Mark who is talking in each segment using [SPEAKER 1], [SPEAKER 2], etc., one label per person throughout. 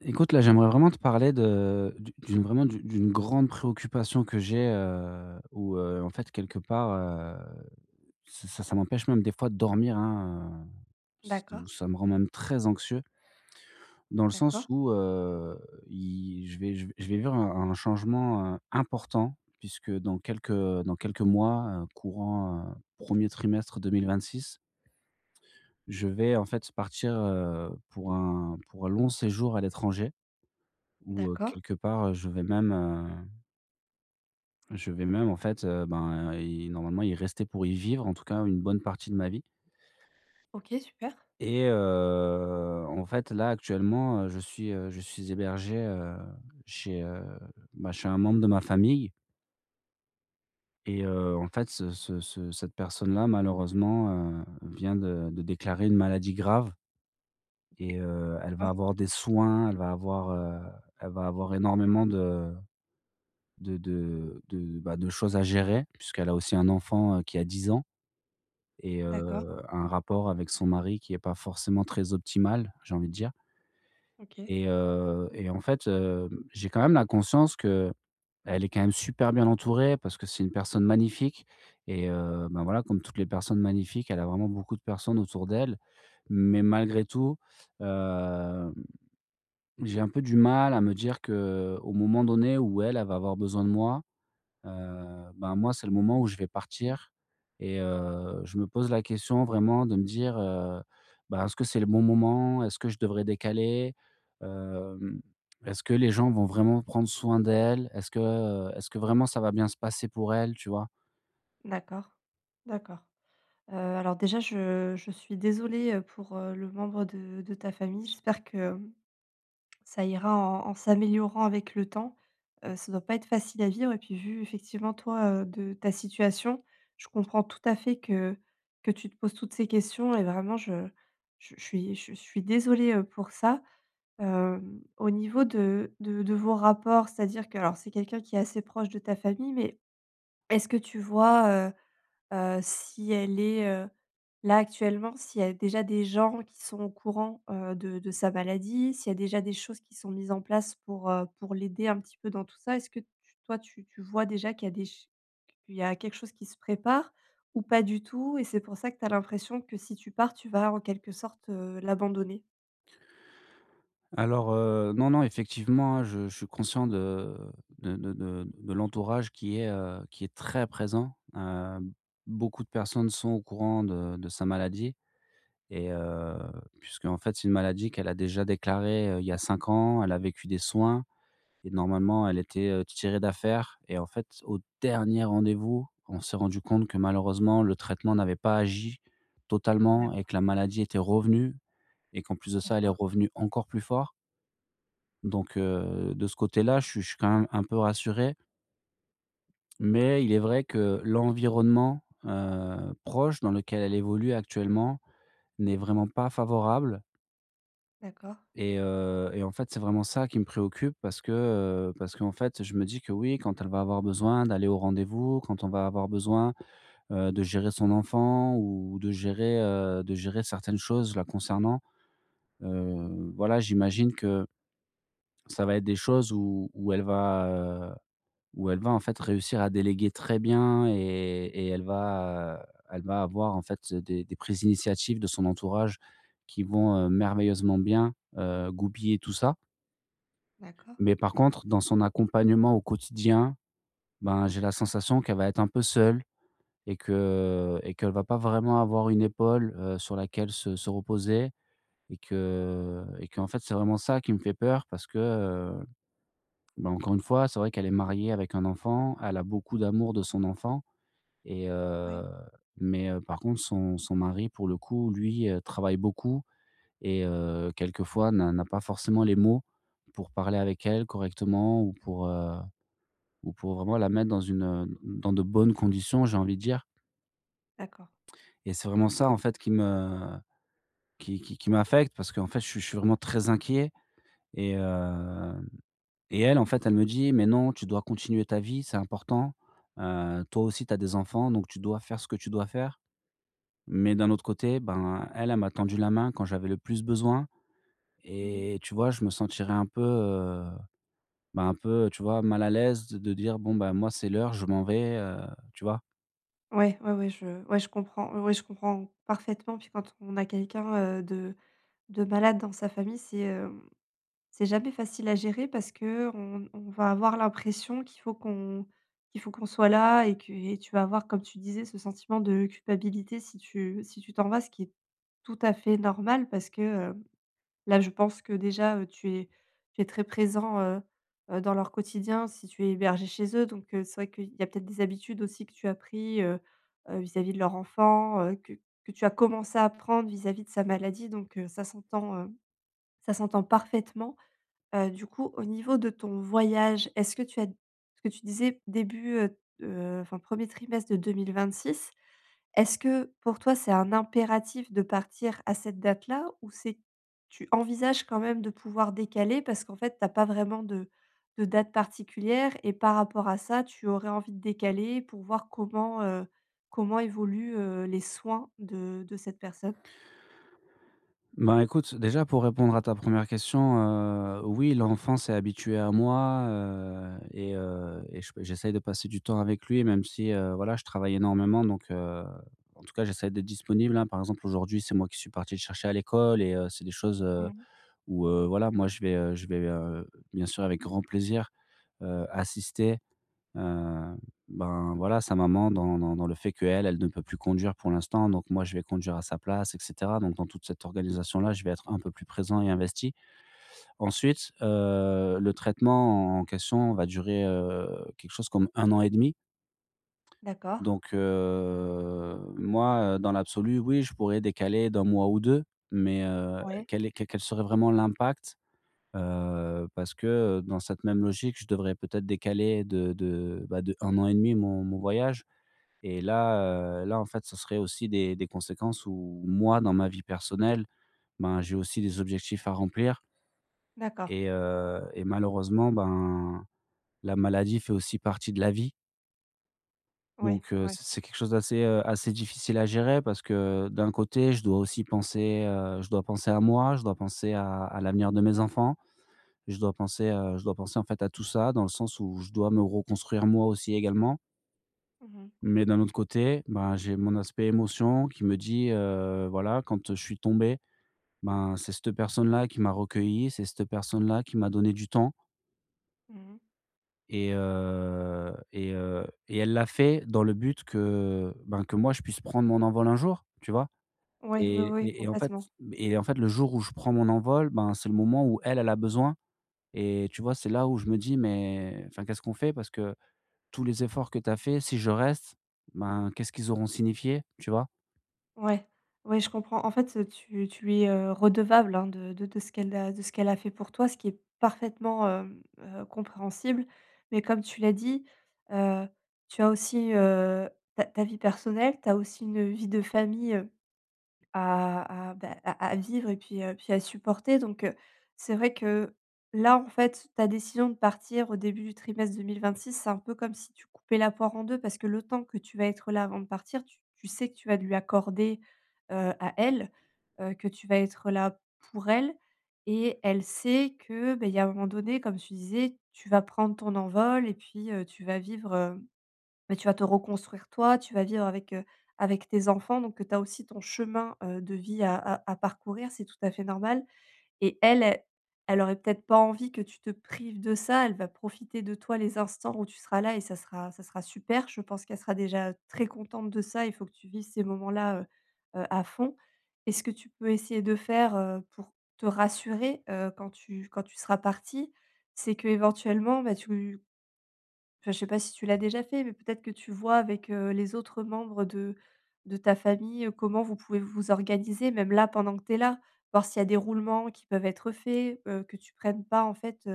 [SPEAKER 1] Écoute, là, j'aimerais vraiment te parler de d'u d'une vraiment d'u d'une grande préoccupation que j'ai, en fait, quelque part, ça m'empêche même des fois de dormir, hein, c'est
[SPEAKER 2] D'accord,
[SPEAKER 1] où ça me rend même très anxieux. Dans le sens
[SPEAKER 2] d'accord,
[SPEAKER 1] où, il je vais je vais je vais vivre un changement, important puisque dans quelques mois, courant, 1er trimestre 2026, je vais, en fait, partir, pour un long séjour à l'étranger. Ou
[SPEAKER 2] d'accord.
[SPEAKER 1] quelque part, je vais même en fait, ben, y normalement y rester pour y vivre, en tout cas une bonne partie de ma vie.
[SPEAKER 2] OK, super.
[SPEAKER 1] Et en fait, là actuellement, je suis hébergé, chez, heu, bah, chez un membre de ma famille. Et en fait, ce ce ce cette personne-là, malheureusement, vient de déclarer une maladie grave. Et elle va
[SPEAKER 2] D'accord.
[SPEAKER 1] avoir des soins, elle va avoir énormément de choses à gérer puisqu'elle a aussi un enfant, qui a 10 ans, et
[SPEAKER 2] D'accord,
[SPEAKER 1] un rapport avec son mari qui est pas forcément très optimal, j'ai envie de dire.
[SPEAKER 2] OK.
[SPEAKER 1] Et en fait, j'ai quand même la conscience que elle est quand même super bien entourée parce que c'est une personne magnifique. Et ben, voilà, comme toutes les personnes magnifiques, elle a vraiment beaucoup de personnes autour d'elle. Mais malgré tout, hem, j'ai un peu du mal à me dire que au moment donné où elle, elle va avoir besoin de moi. Ben, moi, c'est le moment où je vais partir et je me pose la question vraiment de me dire, ben, est-ce que c'est le bon moment? Est-ce que je devrais décaler? Hem, Est-ce que les gens vont vraiment prendre soin d'elle? Est-ce que vraiment ça va bien se passer pour elle, tu vois?
[SPEAKER 2] D'accord, d'accord. Alors déjà je suis désolée, pour, le membre de ta famille. J'espère que, ça ira en s'améliorant avec le temps. Ça doit pas être facile à vivre et puis vu effectivement toi, de ta situation, je comprends tout à fait que tu te poses toutes ces questions et vraiment je suis désolée, pour ça. Au niveau de vos rapports, c'est-à-dire que alors c'est quelqu'un qui est assez proche de ta famille, mais est-ce que tu vois, si elle est, là actuellement, s'il y a déjà des gens qui sont au courant, de sa maladie? S'il y a déjà des choses qui sont mises en place pour l'aider un petit peu dans tout ça? Est-ce que tu toi tu tu vois déjà qu'il y a des ch qu'il y a quelque chose qui se prépare ou pas du tout et c'est pour ça que tu as l'impression que si tu pars, tu vas en quelque sorte, l'abandonner?
[SPEAKER 1] Alors, non, non, effectivement, hein, je suis conscient de l'entourage qui est, très présent. Beaucoup de personnes sont au courant de sa maladie. Et puisque en fait, c'est une maladie qu'elle a déjà déclarée, il y a 5 ans. Elle a vécu des soins et normalement, elle était, tirée d'affaire, et en fait, au dernier rendez-vous, on s'est rendu compte que malheureusement, le traitement n'avait pas agi totalement et que
[SPEAKER 2] D'accord,
[SPEAKER 1] la maladie était revenue, et qu'en plus de ça, elle est
[SPEAKER 2] d'accord,
[SPEAKER 1] revenue encore plus fort. Donc de ce côté-là, je suis quand même un peu rassuré. Mais il est vrai que l'environnement, proche, dans lequel elle évolue actuellement, n'est vraiment pas favorable.
[SPEAKER 2] d'accord.
[SPEAKER 1] Et en fait, c'est vraiment ça qui me préoccupe parce que, parce qu'en fait, je me dis que oui, quand elle va avoir besoin d'aller au rendez-vous, quand on va avoir besoin, de gérer son enfant ou de gérer certaines choses la concernant, voilà, j'imagine que ça va être des choses où elle va, en fait, réussir à déléguer très bien. Et elle va, avoir, en fait, des prises d'initiative de son entourage qui vont, merveilleusement bien, goupiller tout ça.
[SPEAKER 2] D'accord.
[SPEAKER 1] Mais par contre, dans son accompagnement au quotidien, ben, j'ai la sensation qu'elle va être un peu seule et qu'elle va pas vraiment avoir une épaule, sur laquelle se reposer, et que, en fait, c'est vraiment ça qui me fait peur parce que, bah, encore une fois, c'est vrai qu'elle est mariée avec un enfant, elle a beaucoup d'amour de son enfant. Et
[SPEAKER 2] Ouais.
[SPEAKER 1] mais par contre, son mari, pour le coup, lui, travaille beaucoup et quelquefois n'a pas forcément les mots pour parler avec elle correctement, ou pour, vraiment la mettre dans de bonnes conditions, j'ai envie de dire.
[SPEAKER 2] D'accord.
[SPEAKER 1] Et c'est vraiment ça, en fait, qui me qui m'affecte, parce qu'en fait, je suis vraiment très inquiet. Et elle, en fait, elle me dit: «Mais non, tu dois continuer ta vie, c'est important. Toi aussi, tu as des enfants, donc tu dois faire ce que tu dois faire». Mais d'un autre côté, ben, elle, elle m'a tendu la main quand j'avais le plus besoin,
[SPEAKER 2] Mmh.
[SPEAKER 1] et tu vois, je me sentirais un peu, tu vois, mal à l'aise de dire: «Bon, ben moi, c'est l'heure, je m'en vais», tu vois?
[SPEAKER 2] Ouais, ouais, ouais, je comprends, ouais, ouais, je comprends parfaitement. Puis quand on a quelqu'un, de malade dans sa famille, c'est, c'est jamais facile à gérer parce que on va avoir l'impression qu'il faut qu'on qu'on soit là et que et tu vas avoir, comme tu disais, ce sentiment de culpabilité si tu si tu t'en vas, ce qui est tout à fait normal parce que, Là, je pense que déjà, tu es très présent, dans leur quotidien si tu es hébergé chez eux, donc c'est vrai qu'il y a peut-être des habitudes aussi que tu as pris, vis-à-vis de leur enfant, que tu as commencé à prendre vis-à-vis de sa maladie, donc ça s'entend parfaitement. Du coup, au niveau de ton voyage, est-ce que tu as parce que tu disais début, enfin 1er trimestre de six est-ce que pour toi, c'est un impératif de partir à cette date-là ou c'est tu envisages quand même de pouvoir décaler parce qu'en fait, tu as pas vraiment de date particulière et par rapport à ça, tu aurais envie de décaler pour voir comment, comment évoluent, les soins de cette personne?
[SPEAKER 1] Ben, écoute, déjà pour répondre à ta première question, oui, l'enfant s'est habitué à moi, et je j'essaye de passer du temps avec lui, même si, voilà, je travaille énormément, donc en tout cas, j'essaye d'être disponible, hein. Par exemple, aujourd'hui, c'est moi qui suis parti le chercher à l'école, et c'est des choses,
[SPEAKER 2] Mmh.
[SPEAKER 1] où, voilà, moi je vais, bien sûr, avec grand plaisir, assister. Heu, ben, voilà, sa maman, dans le fait qu'elle, elle ne peut plus conduire pour l'instant, donc moi, je vais conduire à sa place, et cetera. Donc dans toute cette organisation-là, je vais être un peu plus présent et investi. Ensuite, le traitement en question va durer, quelque chose comme un an et demi.
[SPEAKER 2] D'accord.
[SPEAKER 1] Donc moi, dans l'absolu, oui, je pourrais décaler d'un mois ou deux, mais
[SPEAKER 2] Oui.
[SPEAKER 1] quel est quel quel serait vraiment l'impact? Parce que, dans cette même logique, je devrais peut-être décaler de 1 an et demi mon voyage. Et là, en fait, ce serait aussi des conséquences où moi, dans ma vie personnelle, ben, j'ai aussi des objectifs à remplir.
[SPEAKER 2] D'accord.
[SPEAKER 1] Et malheureusement, ben, la maladie fait aussi partie de la vie.
[SPEAKER 2] Oui,
[SPEAKER 1] Donc
[SPEAKER 2] ouais.
[SPEAKER 1] c'est quelque chose assez difficile à gérer, parce que d'un côté, je dois aussi penser, je dois penser à moi, je dois penser à l'avenir de mes enfants, je dois penser, en fait, à tout ça, dans le sens où je dois me reconstruire moi aussi également.
[SPEAKER 2] Mmh mh.
[SPEAKER 1] Mais d'un autre côté, ben, j'ai mon aspect émotion qui me dit, voilà, quand, je suis tombé, ben, c'est cette personne-là qui m'a recueilli, c'est cette personne-là qui m'a donné du temps,
[SPEAKER 2] Mmh.
[SPEAKER 1] et elle l'a fait dans le but que, ben, que moi je puisse prendre mon envol un jour, tu vois?
[SPEAKER 2] Ouais, oui, oui,
[SPEAKER 1] Et
[SPEAKER 2] oui,
[SPEAKER 1] et et en fait
[SPEAKER 2] complètement.
[SPEAKER 1] et en fait, le jour où je prends mon envol, ben, c'est le moment où elle, elle a besoin. Et tu vois, c'est là où je me dis: «Mais enfin, qu'est-ce qu'on fait?» parce que tous les efforts que tu as faits, si je reste, ben, qu'est-ce qu'ils auront signifié, tu vois?
[SPEAKER 2] Ouais, ouais, je comprends. En fait, tu lui es, redevable, hein, de ce qu'elle a de ce qu'elle a fait pour toi, ce qui est parfaitement, compréhensible. Mais comme tu l'as dit, heu, tu as aussi, ta vie personnelle, tu as aussi une vie de famille, à bah, à vivre et puis, puis à supporter donc c'est vrai que là, en fait, ta décision de partir au début du trimestre 2026, c'est un peu comme si tu coupais la poire en 2 parce que le temps que tu vas être là avant de partir, tu sais que tu vas lui accorder, à elle, que tu vas être là pour elle et elle sait que, beh, il y a un moment donné, comme tu disais, tu vas prendre ton envol et puis, tu vas vivre, mais tu vas te reconstruire toi, tu vas vivre avec, avec tes enfants, donc tu as aussi ton chemin, de vie à parcourir, c'est tout à fait normal et elle, elle aurait peut-être pas envie que tu te prives de ça, elle va profiter de toi les instants où tu seras là et ça sera super. Je pense qu'elle sera déjà très contente de ça, il faut que tu vives ces moments-là, à fond est ce que tu peux essayer de faire, pour te rassurer, quand tu seras partie, c'est qu'éventuellement, bah, tu Enfin, je sais pas si tu l'as déjà fait, mais peut-être que tu vois avec, les autres membres de ta famille, comment vous pouvez vous organiser, même là, pendant que tu es là. Voir s'il y a des roulements qui peuvent être faits, que tu prennes pas en fait,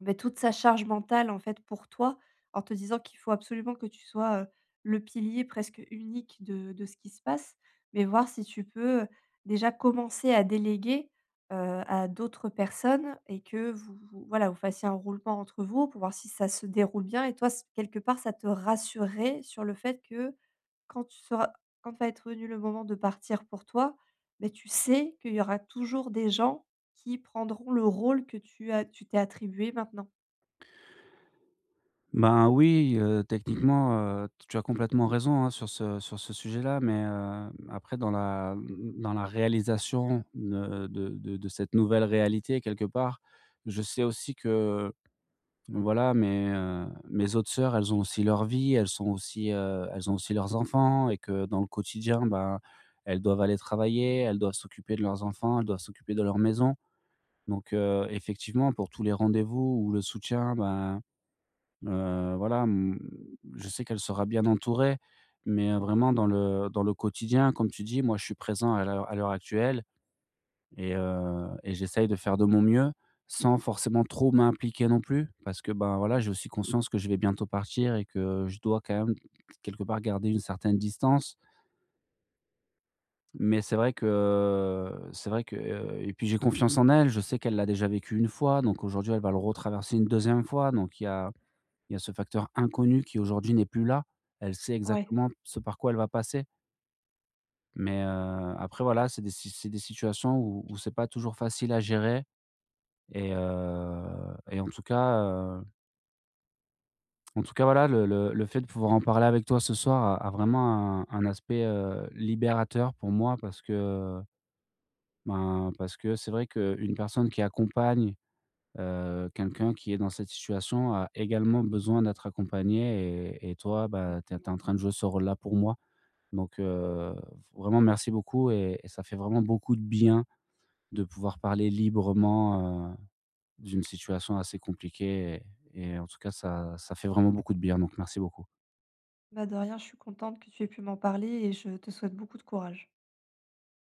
[SPEAKER 2] beh, toute sa charge mentale, en fait, pour toi, en te disant qu'il faut absolument que tu sois, le pilier presque unique de ce qui se passe, mais voir si tu peux, déjà commencer à déléguer, à d'autres personnes et que vous voilà, vous fassiez un roulement entre vous pour voir si ça se déroule bien et toi, c quelque part, ça te rassurerait sur le fait que quand tu seras quand va être venu le moment de partir pour toi, mais tu sais qu'il y aura toujours des gens qui prendront le rôle que tu t'es attribué maintenant.
[SPEAKER 1] Ben oui, techniquement, tu as complètement raison, hein, sur ce sujet-là, mais après, dans dans la réalisation de cette nouvelle réalité quelque part, je sais aussi que, voilà, mes autres sœurs, elles ont aussi leur vie, elles sont aussi, elles ont aussi leurs enfants, et que dans le quotidien, ben, elles doivent aller travailler, elles doivent s'occuper de leurs enfants, elles doivent s'occuper de leur maison. Donc effectivement, pour tous les rendez-vous ou le soutien, ben. Voilà, je sais qu'elle sera bien entourée, mais vraiment dans le quotidien, comme tu dis, moi, je suis présent à l'heure actuelle, et j'essaye de faire de mon mieux sans forcément trop m'impliquer non plus, parce que, ben, voilà,
[SPEAKER 2] Mmh.
[SPEAKER 1] j'ai aussi conscience que je vais bientôt partir et que je dois quand même quelque part garder une certaine distance. Mais c'est vrai que, et puis j'ai confiance en elle, je sais qu'elle l'a déjà vécu une fois, donc aujourd'hui, elle va le retraverser une deuxième fois, donc il y a ce facteur inconnu qui aujourd'hui n'est plus là. Elle sait
[SPEAKER 2] Ouais,
[SPEAKER 1] exactement ce par quoi elle va passer. Mais, après, voilà, c'est des si c'est des situations où c'est pas toujours facile à gérer. Et en tout cas, voilà, le fait de pouvoir en parler avec toi ce soir a vraiment un aspect, libérateur pour moi, parce que, c'est vrai qu'une personne qui accompagne, quelqu'un qui est dans cette situation a également besoin d'être accompagnée. Et toi, bah, tu es en train de jouer ce rôle-là pour moi. Donc vraiment merci beaucoup, et ça fait vraiment beaucoup de bien de pouvoir parler librement, d'une situation assez compliquée, et en tout cas, ça fait vraiment beaucoup de bien, donc merci beaucoup.
[SPEAKER 2] bah, de rien, je suis contente que tu aies pu m'en parler et je te souhaite beaucoup de courage.